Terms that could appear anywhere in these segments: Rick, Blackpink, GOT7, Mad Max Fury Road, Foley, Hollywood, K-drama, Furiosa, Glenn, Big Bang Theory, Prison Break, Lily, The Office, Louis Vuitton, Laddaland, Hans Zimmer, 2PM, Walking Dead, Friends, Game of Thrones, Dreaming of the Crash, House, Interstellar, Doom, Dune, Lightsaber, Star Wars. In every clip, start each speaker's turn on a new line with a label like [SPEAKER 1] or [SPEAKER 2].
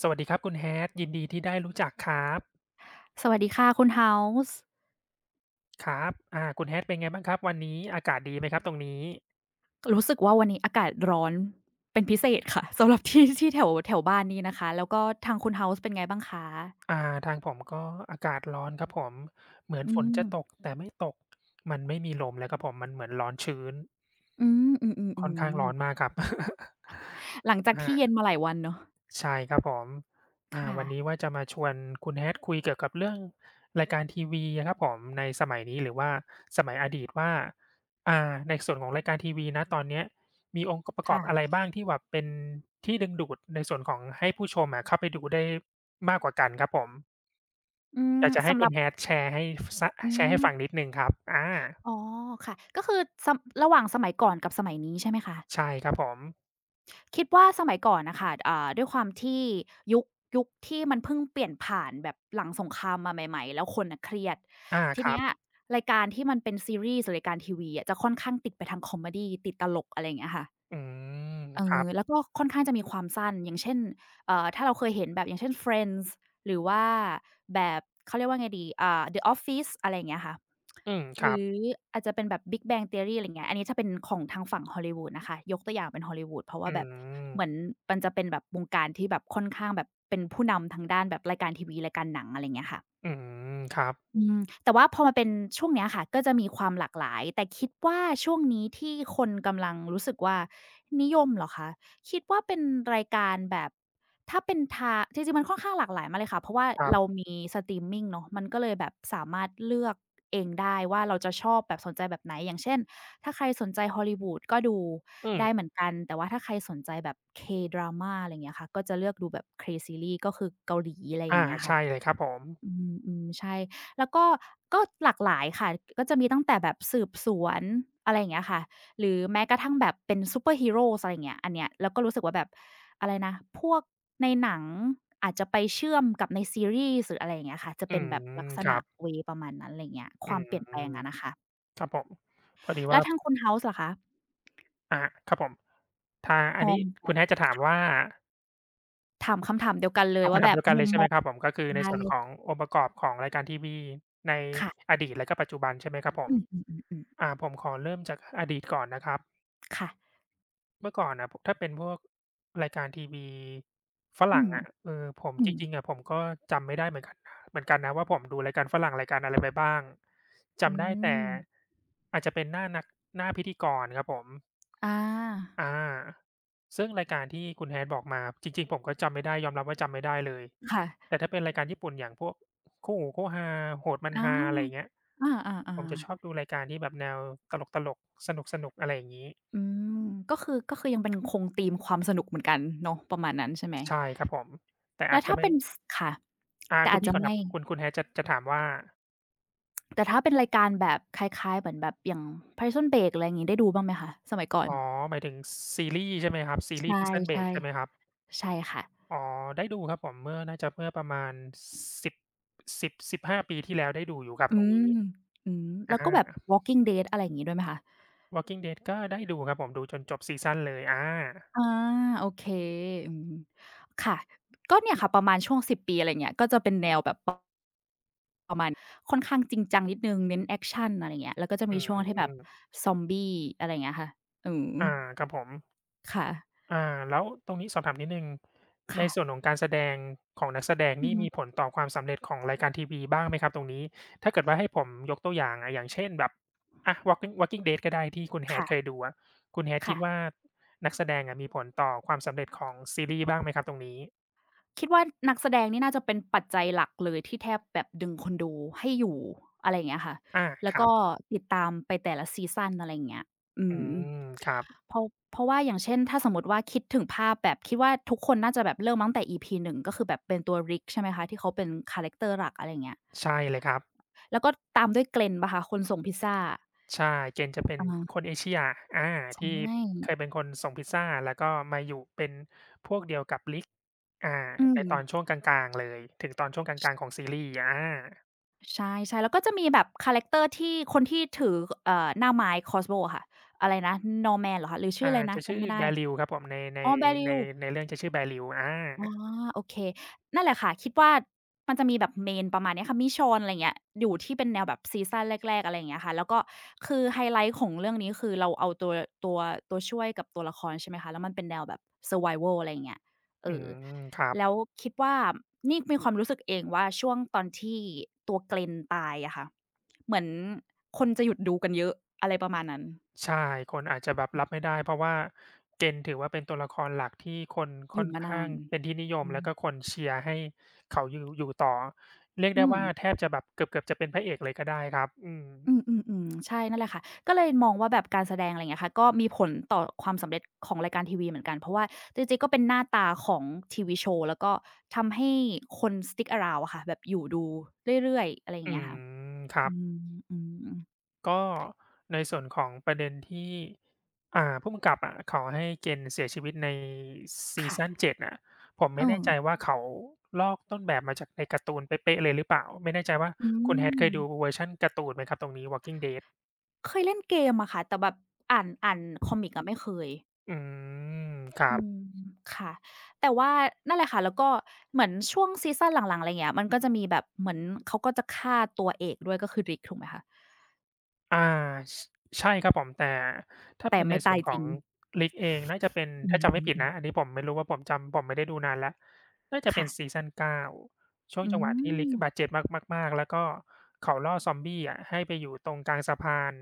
[SPEAKER 1] สวัสดีครับคุณ Hat ยินดีที่ได้รู้จักครับ
[SPEAKER 2] สวัสดีค่ะคุณ House
[SPEAKER 1] ครับคุณ Hat เป็นไงบ้างครับวันนี้อากาศดีไหมครับตรงนี้
[SPEAKER 2] รู้สึกว่าวันนี้อากาศร้อนเป็นพิเศษค่ะ สำหรับที่ ที่แถวแถวบ้านนี้นะคะแล้วก็ทางคุณ House เป็นไงบ้างคะ
[SPEAKER 1] อ่าทางผมก็อากาศร้อนครับผมเหมือน
[SPEAKER 2] อื
[SPEAKER 1] ฝน
[SPEAKER 2] ม
[SPEAKER 1] จะตกแต่ไม่ตกมันไม่มีลมเลยครับผมมันเหมือนร้อนชื้น
[SPEAKER 2] อืมอื
[SPEAKER 1] ค่อนข้าง
[SPEAKER 2] อ
[SPEAKER 1] ร้อ
[SPEAKER 2] ๆ
[SPEAKER 1] น
[SPEAKER 2] ๆ
[SPEAKER 1] มากครับ
[SPEAKER 2] หลังจา กที่เย็
[SPEAKER 1] อา
[SPEAKER 2] นมาหลายวันเนาะ
[SPEAKER 1] ใช่ครับผม
[SPEAKER 2] ค่ะ
[SPEAKER 1] วันนี้ว่าจะมาชวนคุณ Hat คุยเกี่ยวกับเรื่องรายการทีวีอะครับผมในสมัยนี้หรือว่าสมัยอดีตว่าในส่วนของรายการทีวีณตอนเนี้ยมีองค์ประกอบอะไร
[SPEAKER 2] ค่ะ
[SPEAKER 1] บ้างที่แบบเป็นที่ดึงดูดในส่วนของให้ผู้ชมอะเข้าไปดูได้มากกว่ากันครับผม
[SPEAKER 2] อืม
[SPEAKER 1] อยากจะให้
[SPEAKER 2] สำห
[SPEAKER 1] คุ
[SPEAKER 2] รับ
[SPEAKER 1] ณ Hat แชร์ให้ส
[SPEAKER 2] อื
[SPEAKER 1] แชร์ให้
[SPEAKER 2] ม
[SPEAKER 1] ฟังนิดหนึ่งครับอา
[SPEAKER 2] อ๋อค่ะก็คือสระหว่างสมัยก่อนกับสมัยนี้ใช่ไหมคะ
[SPEAKER 1] ใช่ครับผม
[SPEAKER 2] คิดว่าสมัยก่อนนะคะด้วยความที่ยุคยุคที่มันเพิ่งเปลี่ยนผ่านแบบหลังสงครามมาใหม่ๆแล้วคนน่ะเครียด
[SPEAKER 1] อา
[SPEAKER 2] ที
[SPEAKER 1] ครั
[SPEAKER 2] เนี้
[SPEAKER 1] บ
[SPEAKER 2] ยรายการที่มันเป็นซีรีส์หรือรายการทีวีอะจะค่อนข้างติดไปทางคอเมดีติดตลกอะไรอย่างเงี้ยค่ะ
[SPEAKER 1] อืม
[SPEAKER 2] เอ
[SPEAKER 1] ครั
[SPEAKER 2] อ
[SPEAKER 1] บ
[SPEAKER 2] แล้วก็ค่อนข้างจะมีความสั้นอย่างเช่นถ้าเราเคยเห็นแบบอย่างเช่น Friends หรือว่าแบบเขาเรียกว่าไงดีThe Office อะไรอย่างเงี้ยค่ะ
[SPEAKER 1] อืมค
[SPEAKER 2] หรื
[SPEAKER 1] รับ
[SPEAKER 2] ออาจจะเป็นแบบ Big Bang Theory อะไรอย่างเงี้ยอันนี้จะเป็นของทางฝั่งฮอลลีวูดนะคะยกตัวอย่างเป็นฮอลลีวูดเพราะว่า
[SPEAKER 1] อื
[SPEAKER 2] แบบเหมือน
[SPEAKER 1] ม
[SPEAKER 2] มันจะเป็นแบบวงการที่แบบค่อนข้างแบบเป็นผู้นำทางด้านแบบรายการทีวีรายการหนังอะไรอย่างเงี้ยค่ะ
[SPEAKER 1] อืมครับ
[SPEAKER 2] อืมแต่ว่าพอมาเป็นช่วงเนี้ยค่ะก็จะมีความหลากหลายแต่คิดว่าช่วงนี้ที่คนกำลังรู้สึกว่านิยมเหรอคะคิดว่าเป็นรายการแบบถ้าเป็นทาจริงๆมันค่อนข้างหลากหลายมากเลยค่ะเพราะว่า
[SPEAKER 1] ครั
[SPEAKER 2] เรา
[SPEAKER 1] บ
[SPEAKER 2] มีสตรีมมิงเนาะมันก็เลยแบบสามารถเลือกเองได้ว่าเราจะชอบแบบสนใจแบบไหนอย่างเช่นถ้าใครสนใจ Hollywood ก็ดู
[SPEAKER 1] อืม
[SPEAKER 2] ได้เหมือนกันแต่ว่าถ้าใครสนใจแบบ K-drama อะไรอย่างเงี้ยค่ะก็จะเลือกดูแบบ K series ก็คือเกาหลีอะไรอย่าง
[SPEAKER 1] อา
[SPEAKER 2] เงี้ยค่ะ
[SPEAKER 1] ใช่เลยครับผม
[SPEAKER 2] อืมอืมใช่แล้วก็หลากหลายค่ะก็จะมีตั้งแต่แบบสืบสวนอะไรอย่างเงี้ยค่ะหรือแม้กระทั่งแบบเป็นซูเปอร์ฮีโรอะไรอย่างเงี้ยอันเนี้ยเราก็รู้สึกว่าแบบอะไรนะพวกในหนังอาจจะไปเชื่อมกับในซีรีส์หรืออะไรอย่างเงี้ยค่ะจะ
[SPEAKER 1] อื
[SPEAKER 2] เป็นแบบลัก
[SPEAKER 1] ม
[SPEAKER 2] ษ
[SPEAKER 1] ครั
[SPEAKER 2] ณะ
[SPEAKER 1] บ
[SPEAKER 2] เวย์ประมาณนั้นอะไรอย่างเงี้ยค
[SPEAKER 1] อื
[SPEAKER 2] วาม
[SPEAKER 1] ม
[SPEAKER 2] เปลี่ยนแปลงอะนะคะ
[SPEAKER 1] ครับผมพอดี
[SPEAKER 2] แล้
[SPEAKER 1] ว่า
[SPEAKER 2] วทางคุณ House ล่ะคะ
[SPEAKER 1] อาครับผมทาง
[SPEAKER 2] ม
[SPEAKER 1] อัน
[SPEAKER 2] อง
[SPEAKER 1] นี้
[SPEAKER 2] แบ
[SPEAKER 1] คุ
[SPEAKER 2] บ
[SPEAKER 1] ณ Hat จะถามว่า
[SPEAKER 2] ถามคำถามเดียวกันเลย
[SPEAKER 1] เอา
[SPEAKER 2] ว่า
[SPEAKER 1] คำ
[SPEAKER 2] แบ
[SPEAKER 1] ถาม
[SPEAKER 2] บ
[SPEAKER 1] เดียวกัน
[SPEAKER 2] มุ
[SPEAKER 1] เล
[SPEAKER 2] ม
[SPEAKER 1] ยใช่
[SPEAKER 2] ม
[SPEAKER 1] ไหม
[SPEAKER 2] อง
[SPEAKER 1] ครับผมก็คือใน
[SPEAKER 2] ใช่
[SPEAKER 1] ส่วนขององค์ประกอบของรายการทีวีใน
[SPEAKER 2] ค่ะ
[SPEAKER 1] อดีตและก็ปัจจุบันใช่ไหมครับผม
[SPEAKER 2] อืมๆๆ
[SPEAKER 1] ผมขอเริ่มจากอดีตก่อนนะครับ
[SPEAKER 2] ๆค่ะ
[SPEAKER 1] เมื่อก่อนน่ะถ้าเป็นพวกรายการทีวีฝ
[SPEAKER 2] อื
[SPEAKER 1] รั่ง
[SPEAKER 2] ม
[SPEAKER 1] อะผม
[SPEAKER 2] อื
[SPEAKER 1] จ
[SPEAKER 2] ม
[SPEAKER 1] ริงๆอะผมก็จำไม่ได้เหมือนกันเหมือนกันนะว่าผมดูรายการฝรั่งรายการอะไรไปบ้าง
[SPEAKER 2] อื
[SPEAKER 1] จำได้แต่
[SPEAKER 2] ม
[SPEAKER 1] อาจจะเป็นหน้าหน้าพิธีกรครับผม
[SPEAKER 2] อา
[SPEAKER 1] อาซึ่งรายการที่คุณ Hat บอกมาจริงๆผมก็จำไม่ได้ยอมรับว่าจำไม่ได้เลย
[SPEAKER 2] ค่ะ
[SPEAKER 1] แต่ถ้าเป็นรายการญี่ปุ่นอย่างพวกคู่หูคู่ฮาโหดมัน
[SPEAKER 2] อา
[SPEAKER 1] ฮาอะไรอย่างเงี้ย
[SPEAKER 2] อ
[SPEAKER 1] ผ
[SPEAKER 2] า
[SPEAKER 1] มจะ
[SPEAKER 2] ๆ
[SPEAKER 1] ช
[SPEAKER 2] ๆ
[SPEAKER 1] อบดูรายการที่แบบแนวตลกๆสนุกๆอะไรอย่างงี้
[SPEAKER 2] อืมก็คือยังเป็นคงธีมความสนุกเหมือนกันเนาะประมาณนั้นใช่ไหม
[SPEAKER 1] ใช่ครับผมแต่
[SPEAKER 2] แล้
[SPEAKER 1] อา
[SPEAKER 2] ว
[SPEAKER 1] จจะ
[SPEAKER 2] ถ้า
[SPEAKER 1] ไม่
[SPEAKER 2] เป็นสค่ะ
[SPEAKER 1] อา
[SPEAKER 2] แต่
[SPEAKER 1] คุณ
[SPEAKER 2] อาจ
[SPEAKER 1] พี่
[SPEAKER 2] จะ
[SPEAKER 1] ก่อนค
[SPEAKER 2] ไม่
[SPEAKER 1] รับคุณ Hat จะถามว่า
[SPEAKER 2] แต่ถ้าเป็นรายการแบบคล้ายๆเหมือนแบบอย่าง Prison Break อะไรอย่างงี้ได้ดูบ้างไหมคะสมัยก่อน
[SPEAKER 1] อ๋อหมายถึงซีรีส์ใช่ไหมครับซี
[SPEAKER 2] ใช
[SPEAKER 1] รีส์ Prison
[SPEAKER 2] ่
[SPEAKER 1] Break ใช่ไหมครับ
[SPEAKER 2] ๆใช่ค่ะ
[SPEAKER 1] อ๋อได้ดูครับผมเมื่อน่าจะเมื่อประมาณ10 1ห้5ปีที่แล้วได้ดูอยู่ครับ
[SPEAKER 2] อื
[SPEAKER 1] ตรง
[SPEAKER 2] ม
[SPEAKER 1] นี้
[SPEAKER 2] อืม
[SPEAKER 1] อ
[SPEAKER 2] แล้วก็แบบ
[SPEAKER 1] า
[SPEAKER 2] Walking Dead อะไรอย่างงี้ด้วยไหมคะ
[SPEAKER 1] Walking Dead ก็ได้ดูครับผมดูจนจบซีซันเลยอา
[SPEAKER 2] อาโอเคอืมค่ะ ก็เนี่ยค่ะประมาณช่วงสิบปีอะไรเงี้ยก็จะเป็นแนวแบบป ค่อนข้างจริงจังนิดหนึ่งเน้นแอกชันอะไรอย่างเงี้ยแล้วก็จะ
[SPEAKER 1] อื
[SPEAKER 2] มีช่วงที่แบบ
[SPEAKER 1] ม
[SPEAKER 2] ซอมบี้อะไรอย่างเงี้ยค่ะอืม
[SPEAKER 1] อาครับผม
[SPEAKER 2] ค่ะ
[SPEAKER 1] อาแล้วตรงนี้สอบถามนิดนึงในส่วน
[SPEAKER 2] ค่ะ
[SPEAKER 1] ของการแสดงของนักแสดง
[SPEAKER 2] อือ
[SPEAKER 1] นี่
[SPEAKER 2] ฮึ
[SPEAKER 1] มีผลต่อความสำเร็จของรายการทีวีบ้างไหมครับตรงนี้ถ้าเกิดว่าให้ผมยกตัวอย่างอะอย่างเช่นแบบอะ Walking Dead ก็ได้ที่คุณ h a ดเคย
[SPEAKER 2] ค่ะ
[SPEAKER 1] ดูอะคุณ h a ดคิ
[SPEAKER 2] ค่ะ
[SPEAKER 1] ดว่านักแสดงอะมีผลต่อความสำเร็จของซีรีส์บ้างไหมครับตรงนี้
[SPEAKER 2] คิดว่านักแสดงนี่น่าจะเป็นปัจจัยหลักเลยที่แทบแบบดึงคนดูให้อยู่อะไรอย่างเงี้ยค่ะ
[SPEAKER 1] อา
[SPEAKER 2] แล้
[SPEAKER 1] ค
[SPEAKER 2] ว
[SPEAKER 1] รั
[SPEAKER 2] ก็
[SPEAKER 1] บ
[SPEAKER 2] ติดตามไปแต่ละซีซันอะไรอย่างเงี้ยอื
[SPEAKER 1] อื
[SPEAKER 2] ม
[SPEAKER 1] มครับ
[SPEAKER 2] เพราะเพราะว่าอย่างเช่นถ้าสมมุติว่าคิดถึงภาพแบบคิดว่าทุกคนน่าจะแบบเริ่มมาตั้งแต่ EP 1ก็คือแบบเป็นตัว Rick ใช่ไหมคะที่เขาเป็นคาแรกเตอร์หลักอะไรอย่างเงี้ย
[SPEAKER 1] ใช่เลยครับ
[SPEAKER 2] แล้วก็ตามด้วย Glenn เปล่าคะคนส่งพิซซา
[SPEAKER 1] ใช่เจนจะเป็นค
[SPEAKER 2] อา
[SPEAKER 1] นเอเชียอา
[SPEAKER 2] ใช
[SPEAKER 1] ที่
[SPEAKER 2] ่
[SPEAKER 1] เคยเป็นคนส่งพิซซาแล้วก็มาอยู่เป็นพวกเดียวกับ อา
[SPEAKER 2] อื
[SPEAKER 1] ใน
[SPEAKER 2] ม
[SPEAKER 1] ตอนช่วงกลางๆเลยถึงตอนช่วงกลางๆของซีรีส์อา
[SPEAKER 2] ใช่ๆแล้วก็จะมีแบบคาแรกเตอร์ที่คนที่ถือเอ่อหน้าไม้ crossbow อะค่ะอะไรนะ Norman เหรอคะหรือชื่อ
[SPEAKER 1] อ่า
[SPEAKER 2] อะไรนะ
[SPEAKER 1] จะชื่
[SPEAKER 2] จำ
[SPEAKER 1] อ
[SPEAKER 2] ไม่ได้
[SPEAKER 1] Bellew ครับผมใน
[SPEAKER 2] อ๋อ
[SPEAKER 1] ใน
[SPEAKER 2] Beryl
[SPEAKER 1] ในเรื่องจะชื่อ Bellew อา
[SPEAKER 2] อ๋อโอเคนั่นแหละค่ะคิดว่ามันจะมีแบบ Main ประมาณเนี้ยค่ะ m i c h o e อะไรเงี้ยอยู่ที่เป็นแนวแบบซีซันแรกๆอะไรอย่างเงี้ยค่ะแล้วก็คือไฮไลต์ของเรื่องนี้คือเราเอาตัวตัวตัวช่วยกับตัวละครใช่ไหมคะแล้วมันเป็นแนวแบบ Survival อะไรอย่างเงี้ยเอ
[SPEAKER 1] อื
[SPEAKER 2] อ
[SPEAKER 1] มครับ
[SPEAKER 2] แล้วคิดว่านี่มีความรู้สึกเองว่าช่วงตอนที่ตัว Glenn ตายอะค่ะเหมือนคนจะหยุดดูกันเยอะอะไรประมาณนั้น
[SPEAKER 1] ใช่คนอาจจะแบบรับไม่ได้เพราะว่า Gen ถือว่าเป็นตัวละครหลักที่คน
[SPEAKER 2] อ
[SPEAKER 1] ค่
[SPEAKER 2] ยู่
[SPEAKER 1] อน
[SPEAKER 2] มานา
[SPEAKER 1] ข้าง
[SPEAKER 2] น
[SPEAKER 1] เป็นที่นิยม
[SPEAKER 2] อื
[SPEAKER 1] แล้
[SPEAKER 2] ม
[SPEAKER 1] วก็คนเชียร์ให้เขาอยู่ต่อเรียก
[SPEAKER 2] อื
[SPEAKER 1] ได้
[SPEAKER 2] ม
[SPEAKER 1] ว่าแทบจะแบบเกือบๆจะเป็นพระเอกเลยก็ได้ครับอืม
[SPEAKER 2] อืมๆๆใช่นั่นแหละค่ะก็เลยมองว่าแบบการแสดงอะไรเงี้ยค่ะก็มีผลต่อความสำเร็จของรายการทีวีเหมือนกันเพราะว่าจริงๆก็เป็นหน้าตาของทีวีโชว์แล้วก็ทำให้คน stick around อะค่ะแบบอยู่ดูเรื่อยๆอะไรอย่า
[SPEAKER 1] อื
[SPEAKER 2] งเงี้ยค่ะ
[SPEAKER 1] มครั
[SPEAKER 2] อื
[SPEAKER 1] บ
[SPEAKER 2] มอืม
[SPEAKER 1] ก็ในส่วนของประเด็นที่ผู้กำกับอะขอให้เกนเสียชีวิตในซีซัน
[SPEAKER 2] ค่ะ
[SPEAKER 1] 7น่ะผม
[SPEAKER 2] เอ
[SPEAKER 1] ไม่แน่ใจ
[SPEAKER 2] อ
[SPEAKER 1] ว่าเขาลอกต้นแบบมาจากในการ์ตูนเป๊ะๆเลยหรือเปล่าไม่แน่ใจว่า
[SPEAKER 2] อื
[SPEAKER 1] คุณ Hat เค
[SPEAKER 2] ม
[SPEAKER 1] ยดูเวอร์ชันการ์ตูนไหมครับตรงนี้ Walking Dead
[SPEAKER 2] เคยเล่นเกมอะค่ะแต่แบบอ่านคอมิกอะไม่เคย
[SPEAKER 1] อืมครั
[SPEAKER 2] อืม
[SPEAKER 1] บ
[SPEAKER 2] ค่ะแต่ว่านั่นแหละค่ะแล้วก็เหมือนช่วงซีซันหลังๆอะไรเงี้ยมันก็จะมีแบบเหมือนเขาก็จะฆ่าตัวเอกด้วยก็คือ Rick ถูกไหมคะ
[SPEAKER 1] อาชใช่ครับผมแต่ถ้า
[SPEAKER 2] แต่
[SPEAKER 1] เป็นใน
[SPEAKER 2] ไม่
[SPEAKER 1] ส่
[SPEAKER 2] ตา
[SPEAKER 1] ว
[SPEAKER 2] ย
[SPEAKER 1] นข
[SPEAKER 2] จ
[SPEAKER 1] อ
[SPEAKER 2] ริง
[SPEAKER 1] ง League เองน่าจะเป็น
[SPEAKER 2] อื
[SPEAKER 1] ถ้าจำไม่
[SPEAKER 2] ม
[SPEAKER 1] ผิดนะอัน
[SPEAKER 2] ๆๆ
[SPEAKER 1] นี้ผมไม่รู้ว่าผมจำผมไม่ได้ดูนานแล้วน่าจะเป็นซี
[SPEAKER 2] ค่ะ
[SPEAKER 1] ซัน9ช่วง
[SPEAKER 2] อื
[SPEAKER 1] จังหวะที่
[SPEAKER 2] ม
[SPEAKER 1] League บาดเจ็บมากๆมากๆแล้วก็เขาล่อซอมบี้อะให้ไปอยู่ตรงกลางสะพาน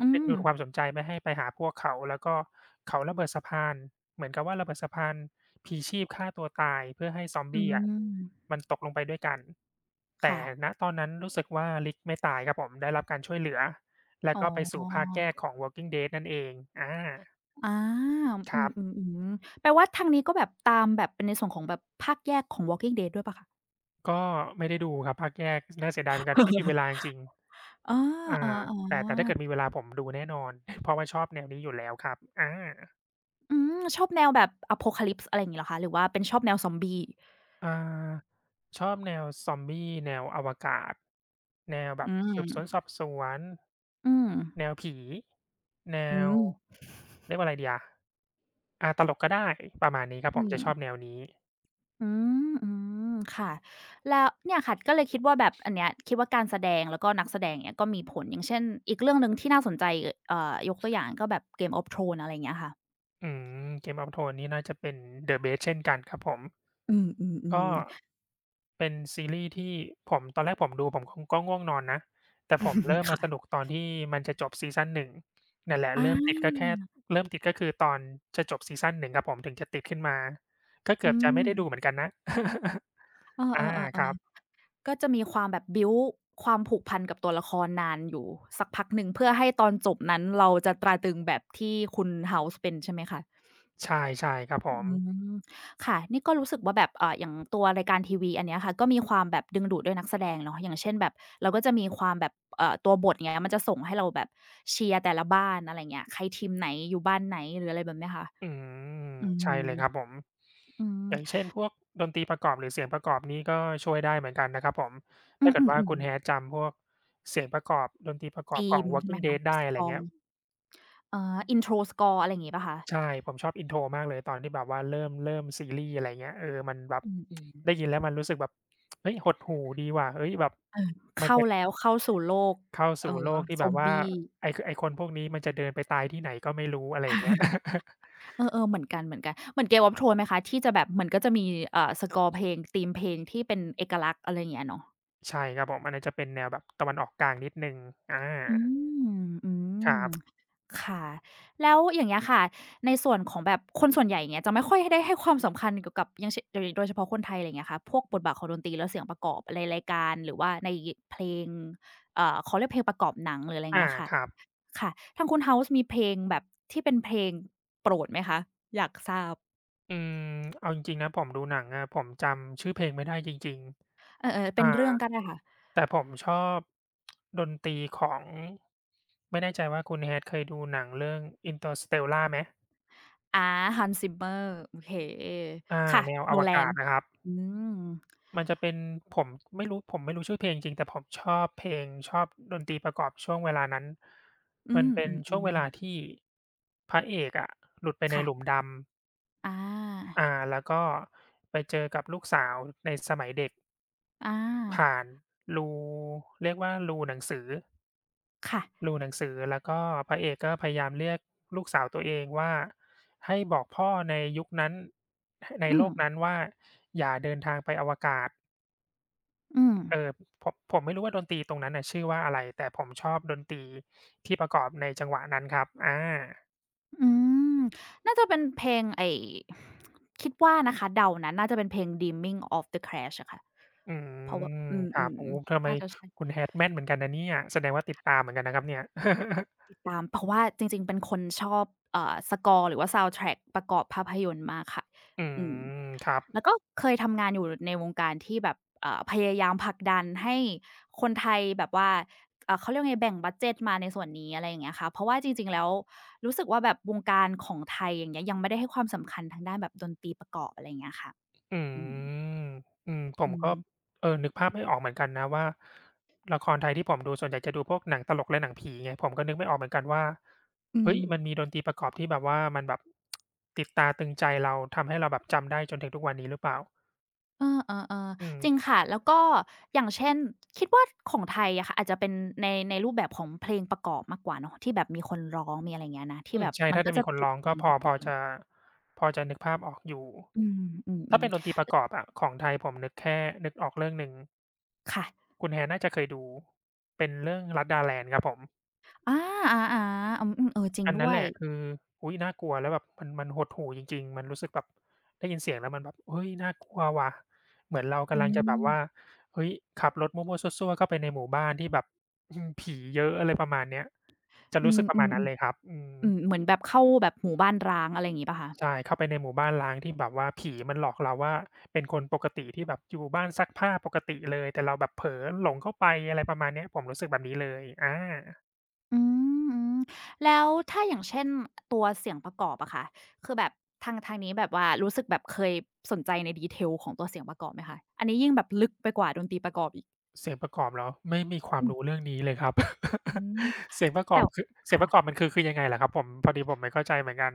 [SPEAKER 2] อื
[SPEAKER 1] ดึง
[SPEAKER 2] ม
[SPEAKER 1] ดูดความสนใจไม่ให้ไปหาพวกเขาแล้วก็เขาระเบิดสะพานเหมือนกับว่าระเบิดสะพานพลีชีพฆ่าตัวตายเพื่อให้ซอม
[SPEAKER 2] อื
[SPEAKER 1] บี้อะ
[SPEAKER 2] ม
[SPEAKER 1] มันตกลงไปด้วยกันแต่
[SPEAKER 2] ค่ะ
[SPEAKER 1] ณตอนนั้นรู้สึกว่า League ไม่ตายครับผมได้รับการช่วยเหลือ แล้ว
[SPEAKER 2] อ๋
[SPEAKER 1] ก็ไปสู่ภาค
[SPEAKER 2] อ
[SPEAKER 1] แยกของ Walking Dead นั่นเองอา
[SPEAKER 2] อา
[SPEAKER 1] ค
[SPEAKER 2] อื
[SPEAKER 1] รับ
[SPEAKER 2] มๆๆแปลว่าทางนี้ก็แบบตามแบบเป็นในส่วนของแบบภาคแยกของ Walking Dead ด้วยเปล่าคะ
[SPEAKER 1] ก็ไม่ได้ดูครับภาคแยกน่าเสียดายเหมือนกัน ไม่มีเวลาจ
[SPEAKER 2] เ
[SPEAKER 1] ริงๆ
[SPEAKER 2] อ
[SPEAKER 1] อ่าแต่ถ้าเกิด
[SPEAKER 2] าออ
[SPEAKER 1] มีเวลาผมดูแน่นอน เพราะว่าชอบแนวนี้อยู่แล้วครับอา
[SPEAKER 2] ๆอืมชอบแนวแบบ Apocalypse อะไรอย่างงี้เหรอคะหรือว่าเป็นชอบแนวซอมบี้
[SPEAKER 1] อ่า ชอบแนวซอมบี้แนวอวกาศ แนวแบ
[SPEAKER 2] อื
[SPEAKER 1] บ
[SPEAKER 2] ม
[SPEAKER 1] สืบสวนสอบสวน
[SPEAKER 2] อืม
[SPEAKER 1] แนวผี แน
[SPEAKER 2] อื
[SPEAKER 1] ว
[SPEAKER 2] ม
[SPEAKER 1] เรียกว่าอะไรดีอะอาตลกก็ได้ ประมาณนี้ครับผ
[SPEAKER 2] อื
[SPEAKER 1] ม
[SPEAKER 2] ม
[SPEAKER 1] จะชอบแนวนี้
[SPEAKER 2] อืมอืมค่ะแล้วเนี่ยค่ะก็เลยคิดว่าแบบอันเนี้ยคิดว่าการแสดงแล้วก็นักแสดงเนี่ยก็มีผลอย่างเช่นอีกเรื่องหนึ่งที่น่าสนใจยกตัวอย่างก็แบบ Game of Thrones อะไรอย่างเงี้ยค่ะ
[SPEAKER 1] อืม Game of Thrones นี่น่าจะเป็น The Best เช่นกันครับผม
[SPEAKER 2] อื
[SPEAKER 1] ก็
[SPEAKER 2] มๆ
[SPEAKER 1] เป็นซีรีส์ที่ผมตอนแรกผมดูผมก็ง่วงนอนนะ แต่ผมเริ่ม
[SPEAKER 2] ๆ
[SPEAKER 1] มา
[SPEAKER 2] ค่ะ
[SPEAKER 1] สนุกตอนที่มันจะจบซีซัน1นงนั่นแหละ
[SPEAKER 2] อา
[SPEAKER 1] เริ่มติดก็แค่เริ่มติดก็คือตอนจะจบซีซัน1ครับผมถึงจะติดขึ้นมาก็เกือ
[SPEAKER 2] อื
[SPEAKER 1] บจะ
[SPEAKER 2] ม
[SPEAKER 1] ไม่ได้ดูเหมือนกันนะ
[SPEAKER 2] เอ
[SPEAKER 1] อา
[SPEAKER 2] อ
[SPEAKER 1] ครับ
[SPEAKER 2] ๆๆๆก็จะมีความแบบบิลด์ความผูกพันกับตัวละครนานอยู่สักพักหนึ่งเพื่อให้ตอนจบนั้นเราจะตราตรึงแบบที่คุณ House เป็นใช่ไหมคะ
[SPEAKER 1] ใช่ใช่ครับผ
[SPEAKER 2] อื
[SPEAKER 1] ม
[SPEAKER 2] มค่ะนี่ก็รู้สึกว่าแบบอย่างตัวรายการทีวีอันเนี้ยค่ะก็มีความแบบดึงดูดด้วยนักแสดงเนาะอย่างเช่นแบบเราก็จะมีความแบบตัวบทองเงี้ยมันจะส่งให้เราแบบเชียร์แต่ละบ้านอะไรเงี้ยใครทีมไหนอยู่บ้านไหนหรืออะไรแบบเนี้ยค่ะ
[SPEAKER 1] อืม
[SPEAKER 2] อื
[SPEAKER 1] ใช่
[SPEAKER 2] ม
[SPEAKER 1] เลยครับผม
[SPEAKER 2] อืม
[SPEAKER 1] อย่างเช่นพวกดนตรีประกอบหรือเสียงประกอบนี้ก็ช่วยได้เหมือนกันนะครับผม
[SPEAKER 2] อื
[SPEAKER 1] ถ้าเกิดว่า
[SPEAKER 2] ม
[SPEAKER 1] คุณ
[SPEAKER 2] ๆ
[SPEAKER 1] Hat
[SPEAKER 2] ๆ
[SPEAKER 1] จำพวกเสียงประกอบดนตรีประกอบ
[SPEAKER 2] ธี
[SPEAKER 1] ของ
[SPEAKER 2] มใช่ไหม
[SPEAKER 1] Walking
[SPEAKER 2] คะ
[SPEAKER 1] Dead ได้
[SPEAKER 2] ส
[SPEAKER 1] อะ
[SPEAKER 2] ก
[SPEAKER 1] ไร
[SPEAKER 2] อ
[SPEAKER 1] เงี้ย
[SPEAKER 2] ร์intro score อะไรอย่างงี้เปล่าคะ
[SPEAKER 1] ใช่ผมชอบ intro มากเลยตอนที่แบบว่าเริ่มซีรีส์อะไรเงี้ยเออมันแบบ
[SPEAKER 2] อื
[SPEAKER 1] ได้
[SPEAKER 2] ม
[SPEAKER 1] ยินแล้วมันรู้สึกแบบเฮ้ยหดหู่ดีว่ะเฮ้ยแบบ
[SPEAKER 2] ๆเออ
[SPEAKER 1] มัน
[SPEAKER 2] เข้า
[SPEAKER 1] จะ
[SPEAKER 2] แล้วเข้าสู่โลก
[SPEAKER 1] เข้า
[SPEAKER 2] เอ่อ
[SPEAKER 1] สู่โลกที่
[SPEAKER 2] ซ
[SPEAKER 1] แบ
[SPEAKER 2] อ
[SPEAKER 1] บ
[SPEAKER 2] ม
[SPEAKER 1] ว่า
[SPEAKER 2] บี้
[SPEAKER 1] ไอ้คนพวกนี้มันจะเดินไปตายที่ไหนก็ไม่รู้อะไรอย่างเงี้ย
[SPEAKER 2] เออๆเหมือนกัน เหมือนกันเหมือน Game of Thrones ไหมคะที่จะแบบมันก็จะมีสกอร์เพลงธีมเพลงที่เป็นเอกลักษณ์อะไรอย่างเงี้ยเนาะ
[SPEAKER 1] ใช่ครับผมอันนั้นจะเป็นแนวแบบตะวันออกกลางนิดหนึ่งอา
[SPEAKER 2] อืมอื
[SPEAKER 1] ค
[SPEAKER 2] ม
[SPEAKER 1] รับ
[SPEAKER 2] ค่ะแล้วอย่างเงี้ยค่ะในส่วนของแบบคนส่วนใหญ่อย่างเงี้ยจะไม่ค่อยได้ให้ความสำคัญเกี่ยวกับอย่างเช่นโดยเฉพาะคนไทยอะไรอย่างเงี้ยค่ะพวกบทบาทของดนตรีและเสียงประกอบในรายการหรือว่าในเพลงเขาเรียกเพลงประกอบหนังหรืออะไรอย่าง
[SPEAKER 1] อา
[SPEAKER 2] เงี้ยค่ะ
[SPEAKER 1] ครับ
[SPEAKER 2] ค่ะทางคุณเฮาส์มีเพลงแบบที่เป็นเพลงโปรดไหมคะอยากทราบ
[SPEAKER 1] อืมเอาจริงๆนะผมดูหนังอะผมจำชื่อเพลงไม่ได้จริง
[SPEAKER 2] เออๆ
[SPEAKER 1] ๆ
[SPEAKER 2] เป็
[SPEAKER 1] อา
[SPEAKER 2] นเรื่องก็ได้ค่ะ
[SPEAKER 1] แต่ผมชอบดนตรีของไม่แน่ใจว่าคุณ Hat เคยดูหนังเรื่อง Interstellar ไหม
[SPEAKER 2] อา Hans Zimmer โอเค
[SPEAKER 1] อา
[SPEAKER 2] ค่ะ
[SPEAKER 1] แนวอวกา
[SPEAKER 2] Nolan
[SPEAKER 1] ศนะครับ
[SPEAKER 2] อืม
[SPEAKER 1] มันจะเป็นผมไม่รู้ผมไม่รู้ชื่อเพลงจริงแต่ผมชอบเพลงชอบดนตรีประกอบช่วงเวลานั้น
[SPEAKER 2] อื
[SPEAKER 1] มันเป็นช่วง
[SPEAKER 2] ม
[SPEAKER 1] เว
[SPEAKER 2] ๆ
[SPEAKER 1] ลา
[SPEAKER 2] ๆ
[SPEAKER 1] ที่พระเอกอะหลุดไปในหลุม
[SPEAKER 2] ค่ะ
[SPEAKER 1] ด
[SPEAKER 2] อา
[SPEAKER 1] ำอ่าแล้วก็ไปเจอกับลูกสาวในสมัยเด็ก
[SPEAKER 2] อา
[SPEAKER 1] ผ่านรูเรียกว่ารูหนังสือ
[SPEAKER 2] ค่ะ
[SPEAKER 1] ดูหนังสือแล้วก็พระเอกก็พยายามเรียกลูกสาวตัวเองว่าให้บอกพ่อในยุคนั้นใน
[SPEAKER 2] อื
[SPEAKER 1] โล
[SPEAKER 2] ม
[SPEAKER 1] กนั้นว่าอย่าเดินทางไปอวกาศ
[SPEAKER 2] อืม
[SPEAKER 1] เอ่อผมไม่รู้ว่าดนตรีตรงนั้นน่ะชื่อว่าอะไรแต่ผมชอบดนตรีที่ประกอบในจังหวะนั้นครับอา
[SPEAKER 2] อืมน่าจะเป็นเพลงไอ้คิดว่านะคะเดานะน่าจะเป็นเพลง Dreaming of the Crash อะค่ะ
[SPEAKER 1] อื
[SPEAKER 2] เพราะว่า
[SPEAKER 1] ม
[SPEAKER 2] อื
[SPEAKER 1] ครับ
[SPEAKER 2] ม
[SPEAKER 1] โอ้โฮทำ
[SPEAKER 2] ๆ
[SPEAKER 1] ไม
[SPEAKER 2] น่าจะ
[SPEAKER 1] คุณ
[SPEAKER 2] ใช่
[SPEAKER 1] Hat แม่นเหมือนกันนะเนี่ยแสดงว่าติดตามเหมือนกันนะครับเนี่ย
[SPEAKER 2] ติดตามเพราะว่าจริงๆเป็นคนชอบสกอร์หรือว่า soundtrack ประกอบภาพยนตร์มากค่ะ
[SPEAKER 1] อื
[SPEAKER 2] อืม
[SPEAKER 1] มครับ
[SPEAKER 2] แล้วก็เคยทำงานอยู่ในวงการที่แบบพยายามผลักดันให้คนไทยแบบว่าเอ่าเขาเรียกว่าไงแบ่งบัดเจตมาในส่วนนี้อะไรอย่างเงี้ยค่ะเพราะว่าจริงๆแล้วรู้สึกว่าแบบวงการของไทยอย่างเงี้ยยังไม่ได้ให้ความสำคัญทางด้านแบบดนตรีประกอบอะไรอย่างเงี้ยค่ะ
[SPEAKER 1] อื
[SPEAKER 2] อืม
[SPEAKER 1] มอืมผม
[SPEAKER 2] อืม
[SPEAKER 1] ก็เออนึกภาพไม่ออกเหมือนกันนะว่าละครไทยที่ผมดูส่วนใหญ่จะดูพวกหนังตลกและหนังผีไงผมก็นึกไม่ออกเหมือนกันว่า
[SPEAKER 2] อืม
[SPEAKER 1] เฮ้ยมันมีดนตรีประกอบที่แบบว่ามันแบบติดตาตรึงใจเราทำให้เราแบบจำได้จนถึงทุกวันนี้หรือเปล่า
[SPEAKER 2] เออๆ
[SPEAKER 1] อืม
[SPEAKER 2] ๆจริงค่ะแล้วก็อย่างเช่นคิดว่าของไทยอะค่ะอาจจะเป็นในรูปแบบของเพลงประกอบมากกว่าเนาะที่แบบมีคนร้องมีอะไรอย่างเงี้ยนะที่
[SPEAKER 1] อื
[SPEAKER 2] แบ
[SPEAKER 1] ม
[SPEAKER 2] บ
[SPEAKER 1] ใช่
[SPEAKER 2] มัน
[SPEAKER 1] ถ้า
[SPEAKER 2] ก็
[SPEAKER 1] จะ
[SPEAKER 2] จะ
[SPEAKER 1] มีคน
[SPEAKER 2] ติด
[SPEAKER 1] ร้องก็พอพอ
[SPEAKER 2] Mainstream
[SPEAKER 1] จะพอจะนึกภาพออกอยู่
[SPEAKER 2] อืมอือ
[SPEAKER 1] ถ้าเป็นดนตรีประกอบอะของไทยผมนึกแค่นึกออกเรื่องหนึ่ง
[SPEAKER 2] ๆค่ะ
[SPEAKER 1] คุณ Hat น่าจะเคยดูเป็นเรื่องลัดดาแลนด์ครับผม
[SPEAKER 2] อาอาๆอืมๆเออจริง
[SPEAKER 1] อัน
[SPEAKER 2] ด้
[SPEAKER 1] นั้
[SPEAKER 2] ว
[SPEAKER 1] นแห
[SPEAKER 2] ย
[SPEAKER 1] ละคืออุ๊ยน่ากลัวแล้วแบบมันหดหู่จริงๆมันรู้สึกแบบได้ยินเสียงแล้วมันแบบเฮ้ยน่ากลัวว่ะเหมือนเรา
[SPEAKER 2] อื
[SPEAKER 1] กำลังจะแบบว่า
[SPEAKER 2] ม
[SPEAKER 1] เฮ้ยขับรถมั่วๆซั่วๆเข้าไปในหมู่บ้านที่แบบ อืมผีเยอะอะไรประมาณเนี้ยจะ
[SPEAKER 2] อื
[SPEAKER 1] รู้สึกประมาณ
[SPEAKER 2] ม
[SPEAKER 1] นั้นเลยค
[SPEAKER 2] ๆ
[SPEAKER 1] รับอืม
[SPEAKER 2] ๆอืมเหมือนแบบเข้าแบบหมู่บ้านร้างอะไรอย่างงี้เปล่าคะ
[SPEAKER 1] ใช่เข้าไปในหมู่บ้านร้างที่แบบว่าผีมันหลอกเราว่าเป็นคนปกติที่แบบอยู่บ้านซักผ้าปกติเลยแต่เราแบบเผลอหลงเข้าไปอะไรประมาณเนี้ยผมรู้สึกแบบนี้เลยอา
[SPEAKER 2] อืมอืมแล้วถ้าอย่างเช่นตัวเสียงประกอบอะค่ะคือแบบทางนี้แบบว่ารู้สึกแบบเคยสนใจใน detail ของตัวเสียงประกอบไหมคะอันนี้ยิ่งแบบลึกไปกว่าดนตรีประกอบอีก
[SPEAKER 1] เสียงประกอบเหรอไม่มีความ
[SPEAKER 2] อืม
[SPEAKER 1] รู้เรื่องนี้เลยครับ
[SPEAKER 2] อื ม
[SPEAKER 1] เสียงประกอ
[SPEAKER 2] แต่
[SPEAKER 1] บคือเสียงประกอบ
[SPEAKER 2] ค่ะ
[SPEAKER 1] มันคือยังไงเหรอครับผมพอดีผมไม่เข้าใจเหมือนกัน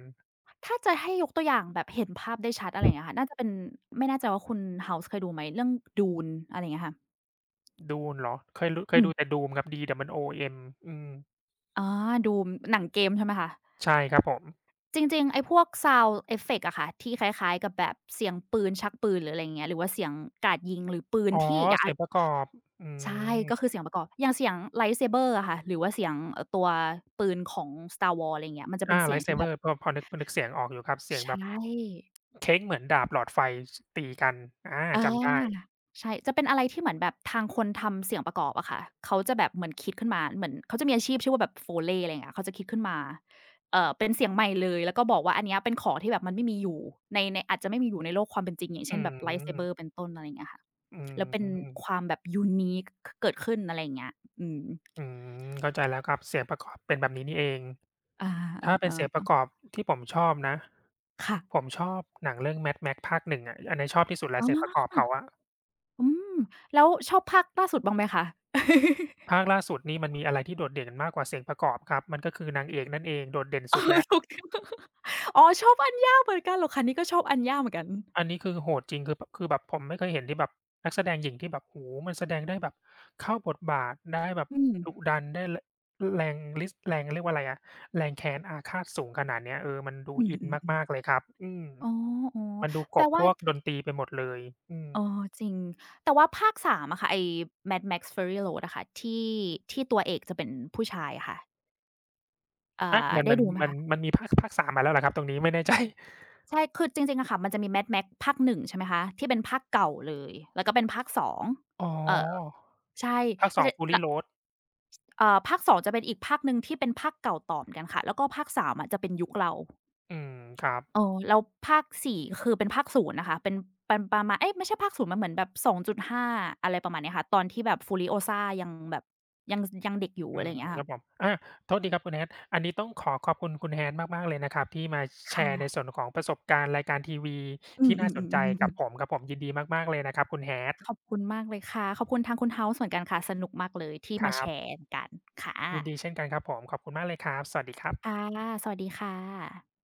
[SPEAKER 2] ถ้าจะให้ยกตัวอย่างแบบเห็นภาพได้ชัดอะไรอย่างเงี้ยค่ะน่าจะเป็นไม่แน่ใจว่าคุณ House เคยดูไหมเรื่อง Dune อะไรอย่างเงี้ยค่ะ
[SPEAKER 1] Dune เหรอเคยรู้เค
[SPEAKER 2] อื
[SPEAKER 1] ยดู
[SPEAKER 2] ม
[SPEAKER 1] แต่ Doom ครับ DOOM อืม
[SPEAKER 2] อ๋อ Doom หนังเกมใช่ไหมคะ
[SPEAKER 1] ใช่ครับผม
[SPEAKER 2] จริงๆไอ้พวก sound effect อะค่ะที่คล้ายๆกับแบบเสียงปืนชักปืนหรืออะไรอย่างเงี้ยหรือว่าเสียงกราดยิงหรือปืน
[SPEAKER 1] อ๋อ
[SPEAKER 2] ที่อยา
[SPEAKER 1] เสียงประกอบอื
[SPEAKER 2] ใช่
[SPEAKER 1] ม
[SPEAKER 2] ก็คือเสียงประกอบอย่างเสียง Lightsaber อะค่ะหรือว่าเสียงตัวปืนของ Star Wars อะไรอย่างเงี้ยมันจะเป็น
[SPEAKER 1] อา
[SPEAKER 2] เสียง
[SPEAKER 1] Light
[SPEAKER 2] ที่แบบ
[SPEAKER 1] Saber พอพอนึกพอนึกเสียงออกอยู่ครับเสียง
[SPEAKER 2] ใช่
[SPEAKER 1] แบบเค้กเหมือนดาบหลอดไฟชตีกันอา
[SPEAKER 2] อา
[SPEAKER 1] จำได้
[SPEAKER 2] ใช่จะเป็นอะไรที่เหมือนแบบทางคนทำเสียงประกอบอะค่ะเขาจะแบบเหมือนคิดขึ้นมาเหมือนเขาจะมีอาชีพชื่อว่าแบบ Foley อะไรอย่างเงี้ยเขาจะคิดขึ้นมาเป็นเสียงใหม่เลยแล้วก็บอกว่าอันเนี้ยเป็นของที่แบบมันไม่มีอยู่ในอาจจะไม่มีอยู่ในโลกความเป็นจริงอย่าง
[SPEAKER 1] อื
[SPEAKER 2] เช่นแบบ Lightsaber
[SPEAKER 1] ม
[SPEAKER 2] เป็นต้นอะไรอย่างเงี้ยค่ะ
[SPEAKER 1] อืม
[SPEAKER 2] แล้วเป็นความแบบ unique ขเกิดขึ้นอะไรอย่างเงี้ยอืม
[SPEAKER 1] อืมเข้าใจแล้วครับเสียงประกอบเป็นแบบนี้นี่เองถ้าเป็น
[SPEAKER 2] อา
[SPEAKER 1] เสียงประ
[SPEAKER 2] ๆๆ
[SPEAKER 1] กอ
[SPEAKER 2] ๆ
[SPEAKER 1] บที่ผมชอบนะ
[SPEAKER 2] ค่ะ
[SPEAKER 1] ผมชอบหนังเรื่อง Mad Max ภาคหนงอะอันนี้ชอบที่สุดแล้ว
[SPEAKER 2] อ๋
[SPEAKER 1] เสียงประกอ
[SPEAKER 2] อ
[SPEAKER 1] บเขาอะ
[SPEAKER 2] อืมแล้วชอบภาคล่าสุดบ้างไหมคะ
[SPEAKER 1] ภาคล่าสุดนี่มันมีอะไรที่โดดเด่นมากกว่าเสียงประกอบครับมันก็คือนางเอกนั่นเองโดดเด่น
[SPEAKER 2] เอ
[SPEAKER 1] สุ
[SPEAKER 2] อ
[SPEAKER 1] ดแล้ว
[SPEAKER 2] ถูก อ๋อชอบอันยากเหมือนกันเหรอคะนี่ก็ชอบอันยากเหมือนกัน
[SPEAKER 1] อันนี้คือโหดจริงคือบคือแบบผมไม่เคยเห็นที่แบบนักแสดงหญิงที่แบบโอ้โฮมันแสดงได้แบบเข้าบทบาทได้แบบ
[SPEAKER 2] อืม
[SPEAKER 1] ดุดันได้รแรงริสแรงเรียกว่าอะไรอะแรงแค้นอาฆาตสูงขนาดเนี้ยเออมันดู
[SPEAKER 2] อื
[SPEAKER 1] อิน
[SPEAKER 2] ม
[SPEAKER 1] มาก
[SPEAKER 2] ๆ
[SPEAKER 1] ๆ
[SPEAKER 2] ๆ
[SPEAKER 1] เลยครับอืม
[SPEAKER 2] อ๋อ
[SPEAKER 1] มันดู
[SPEAKER 2] ๆ
[SPEAKER 1] กล
[SPEAKER 2] แต่
[SPEAKER 1] บพ
[SPEAKER 2] ว่า
[SPEAKER 1] วก
[SPEAKER 2] ถ
[SPEAKER 1] ดนตรีไปหมดเลยอืม
[SPEAKER 2] อ๋อจริงแต่ว่าภาคสามอะค่ะไอ้ Mad Max Fury Road อะค่ะที่ตัวเอกจะเป็นผู้ชายอะค่ะอ่า
[SPEAKER 1] อะมัน
[SPEAKER 2] ได้
[SPEAKER 1] มัน
[SPEAKER 2] ดูไหม
[SPEAKER 1] มัน
[SPEAKER 2] คะ
[SPEAKER 1] มันมีภาค3มมาแล้วเหรอครับตรงนี้ไม่แน่ใจ
[SPEAKER 2] ใช่คือจริงๆอะค่ะมันจะมี Mad Max ภาคหนึ่งใช่ไหมคะที่เป็นภาคเก่าเลยแล้วก็เป็นภาคสอง
[SPEAKER 1] อ๋อ
[SPEAKER 2] เอ่อใช่
[SPEAKER 1] ภาค
[SPEAKER 2] ถ้า
[SPEAKER 1] 2
[SPEAKER 2] จะ
[SPEAKER 1] Fury
[SPEAKER 2] ล
[SPEAKER 1] Road
[SPEAKER 2] ภาคสองจะเป็นอีกภาคหนึ่งที่เป็นภาคเก่าต่อเหมือนกันค่ะแล้วก็ภาคสามอะจะเป็นยุคเรา
[SPEAKER 1] อืมครับ
[SPEAKER 2] เอ๋อแล้วภาค4คือเป็นภาค0นย์นะคะเป็นประมาณเอ๊ยไม่ใช่ภาค0มันเหมือนแบบ2.5องจุดห้าอะไรประมาณเนี้ยค่ะตอนที่แบบ Furiosa ยังแบบยังยังเด็กอยู่
[SPEAKER 1] อื
[SPEAKER 2] อะไรอย่าง
[SPEAKER 1] ม
[SPEAKER 2] เงี้ย
[SPEAKER 1] ค
[SPEAKER 2] ค่ะ
[SPEAKER 1] รับผมอาโทษทีครับคุณ Hat อันนี้ต้องขอขอบคุณคุณ Hat มากๆเลยนะครับที่มา
[SPEAKER 2] ค
[SPEAKER 1] แชร์ในส่
[SPEAKER 2] ่ะ
[SPEAKER 1] วนของประสบการณ์รายการทีวี
[SPEAKER 2] อืม
[SPEAKER 1] ที่น่าสนใจกับ
[SPEAKER 2] ๆๆๆ
[SPEAKER 1] ผ
[SPEAKER 2] ๆ
[SPEAKER 1] มครับผมยินดีมากๆเลยนะครับคุณ Hat
[SPEAKER 2] ขอบคุณมากเลยค่ะขอบคุณทางคุณเฮาส์เหมือนกันค่ะสนุกมากเลยที่
[SPEAKER 1] ค
[SPEAKER 2] มา
[SPEAKER 1] รั
[SPEAKER 2] แช
[SPEAKER 1] บ
[SPEAKER 2] ร์กันค่ะ
[SPEAKER 1] ยินดีเช่นกันครับผมขอบคุณมากเลยครับสวัสดีครับ
[SPEAKER 2] ค่ะสวัสดีค่ะ